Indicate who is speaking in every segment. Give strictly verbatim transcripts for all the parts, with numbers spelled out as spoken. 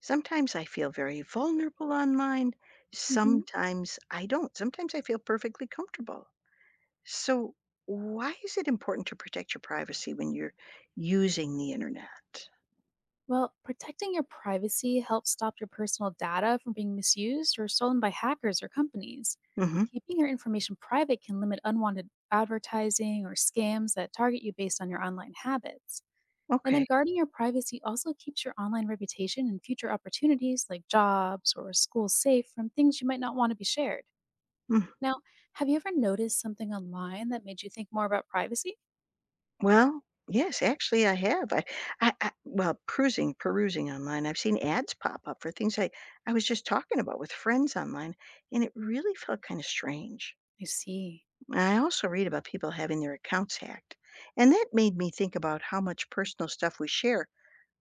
Speaker 1: Sometimes I feel very vulnerable online.
Speaker 2: Hmm.
Speaker 1: Sometimes I don't. Sometimes I feel perfectly comfortable. So, why is it important to protect your privacy when you're using the internet?
Speaker 2: Well, protecting your privacy helps stop your personal data from being misused or stolen by hackers or companies.
Speaker 1: Hmm.
Speaker 2: Keeping your information private can limit unwanted advertising or scams that target you based on your online habits. And then
Speaker 1: Okay.
Speaker 2: guarding your privacy also keeps your online reputation and future opportunities like jobs or school safe from things you might not want to be shared.
Speaker 1: Mm.
Speaker 2: Now, have you ever noticed something online that made you think more about privacy?
Speaker 1: Well, yes, actually, I have. I, I, I, well, perusing, perusing online, I've seen ads pop up for things I, I was just talking about with friends online, and it really felt kind of strange.
Speaker 2: I see.
Speaker 1: I also read about people having their accounts hacked, and that made me think about how much personal stuff we share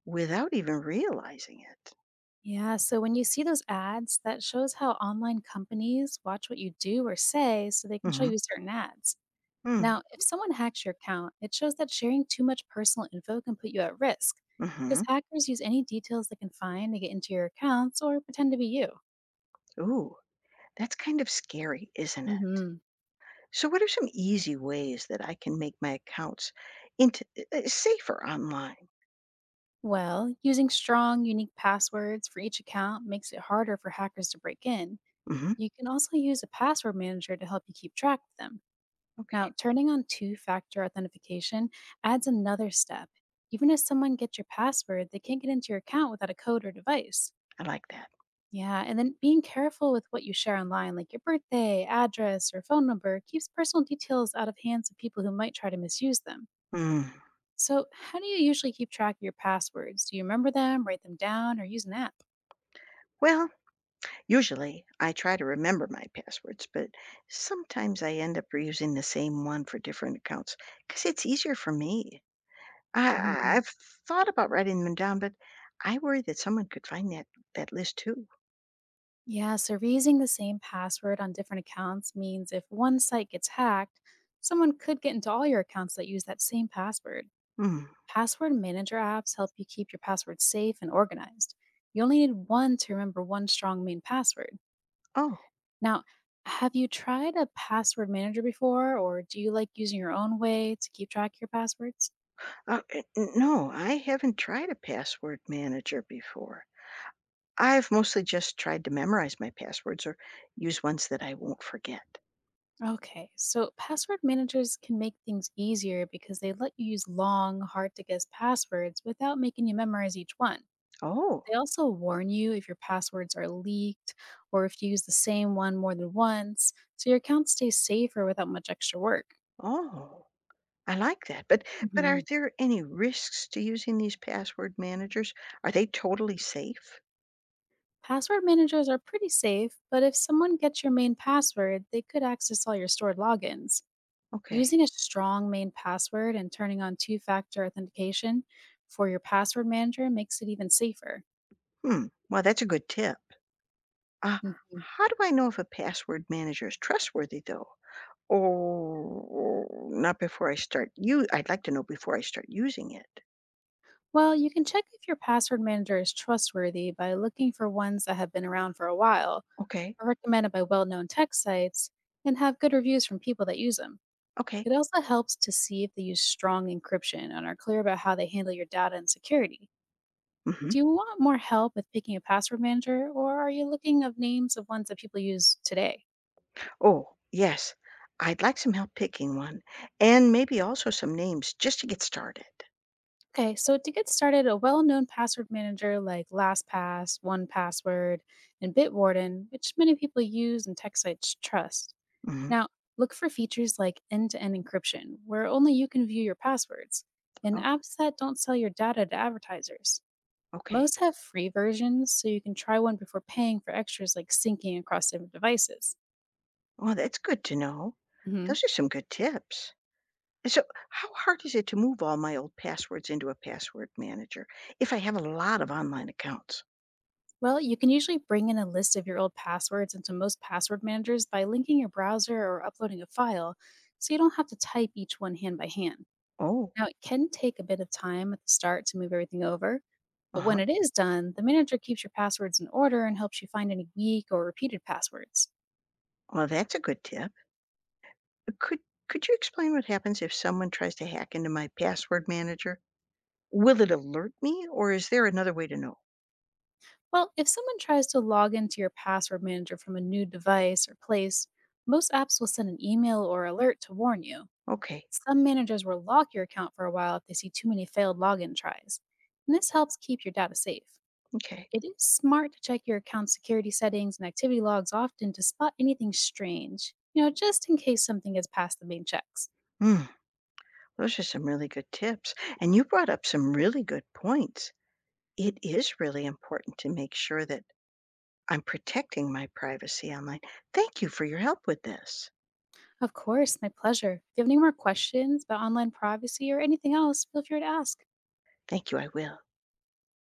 Speaker 1: without even realizing it.
Speaker 2: Yeah, so when you see those ads, that shows how online companies watch what you do or say so they can show
Speaker 1: Mm-hmm.
Speaker 2: you certain ads.
Speaker 1: Mm.
Speaker 2: Now, if someone hacks your account, it shows that sharing too much personal info can put you at risk because
Speaker 1: Mm-hmm.
Speaker 2: hackers use any details they can find to get into your accounts or pretend to be you.
Speaker 1: Ooh, that's kind of scary, isn't it?
Speaker 2: Hmm.
Speaker 1: So, what are some easy ways that I can make my accounts into uh, uh, safer online?
Speaker 2: Well, using strong, unique passwords for each account makes it harder for hackers to break in.
Speaker 1: Hmm.
Speaker 2: You can also use a password manager to help you keep track of them.
Speaker 1: Okay,
Speaker 2: Now, turning on two factor authentication adds another step. Even if someone gets your password, they can't get into your account without a code or device.
Speaker 1: I like that.
Speaker 2: Yeah, and then being careful with what you share online, like your birthday, address, or phone number, keeps personal details out of hands of people who might try to misuse them.
Speaker 1: Mm.
Speaker 2: So, how do you usually keep track of your passwords? Do you remember them, write them down, or use an app?
Speaker 1: Well, usually I try to remember my passwords, but sometimes I end up reusing the same one for different accounts because it's easier for me. I I I've thought about writing them down, but I worry that someone could find that that list too.
Speaker 2: Yeah, so reusing the same password on different accounts means if one site gets hacked, someone could get into all your accounts that use that same password.
Speaker 1: Hmm.
Speaker 2: Password manager apps help you keep your password safe and organized. You only need one to remember one strong main password.
Speaker 1: Oh,
Speaker 2: Now, have you tried a password manager before, or do you like using your own way to keep track of your passwords?
Speaker 1: uh, eh, n no, I haven't tried a password manager before. I've mostly just tried to memorize my passwords or use ones that I won't forget.
Speaker 2: Okay, so password managers can make things easier because they let you use long, hard to guess passwords without making you memorize each one.
Speaker 1: Oh,
Speaker 2: They also warn you if your passwords are leaked or if you use the same one more than once, so your account stays safer without much extra work.
Speaker 1: oh, I like that. But but are
Speaker 2: Hmm.
Speaker 1: there any risks to using these password managers? Are they totally safe?
Speaker 2: Password managers are pretty safe, but if someone gets your main password, they could access all your stored logins.
Speaker 1: Okay.
Speaker 2: Using a strong main password and turning on two factor authentication for your password manager makes it even safer.
Speaker 1: Hmm. Well, that's a good tip. Uh,
Speaker 2: Hmm.
Speaker 1: how do I know if a password manager is trustworthy though? Oh, not before I start. You, I I'd like to know before I start using it.
Speaker 2: Well, you can check if your password manager is trustworthy by looking for ones that have been around for a while,
Speaker 1: Okay,
Speaker 2: are recommended by well known tech sites, and have good reviews from people that use them.
Speaker 1: okay.
Speaker 2: It also helps to see if they use strong encryption and are clear about how they handle your data and security.
Speaker 1: Mhm.
Speaker 2: Do you want more help with picking a password manager, or are you looking of names of ones that people use today?
Speaker 1: Oh, yes. I'd like some help picking one and maybe also some names just to get started.
Speaker 2: Okay, so to get started, a well-known password manager like LastPass, one password, and Bitwarden, which many people use and tech sites trust.
Speaker 1: Mhm.
Speaker 2: Now, look for features like end to end encryption, where only you can view your passwords, and
Speaker 1: Oh,
Speaker 2: apps that don't sell your data to advertisers.
Speaker 1: okay.
Speaker 2: Most have free versions, so you can try one before paying for extras like syncing across different devices.
Speaker 1: Well, that's good to know.
Speaker 2: Hmm.
Speaker 1: Those are some good tips. And so how hard is it to move all my old passwords into a password manager if I have a lot of online accounts?
Speaker 2: Well, you can usually bring in a list of your old passwords into most password managers by linking your browser or uploading a file, so you don't have to type each one hand by hand.
Speaker 1: Oh,
Speaker 2: Now, it can take a bit of time at the start to move everything over, but when
Speaker 1: uh-huh.
Speaker 2: it is done, the manager keeps your passwords in order and helps you find any weak or repeated passwords.
Speaker 1: Well, that's a good tip. Could could you explain what happens if someone tries to hack into my password manager? Will it alert me or is there another way to know?
Speaker 2: Well, if someone tries to log into your password manager from a new device or place, most apps will send an email or alert to warn you.
Speaker 1: Okay.
Speaker 2: Some managers will lock your account for a while if they see too many failed login tries, and this helps keep your data safe.
Speaker 1: Okay.
Speaker 2: It is smart to check your account security settings and activity logs often to spot anything strange, you know, just in case something gets past the main checks.
Speaker 1: Hmm. Those are some really good tips. And you brought up some really good points. It is really important to make sure that I'm protecting my privacy online. Thank you for your help with this.
Speaker 2: Of course, my pleasure. If you have any more questions about online privacy or anything else, feel free to ask.
Speaker 1: Thank you. I will.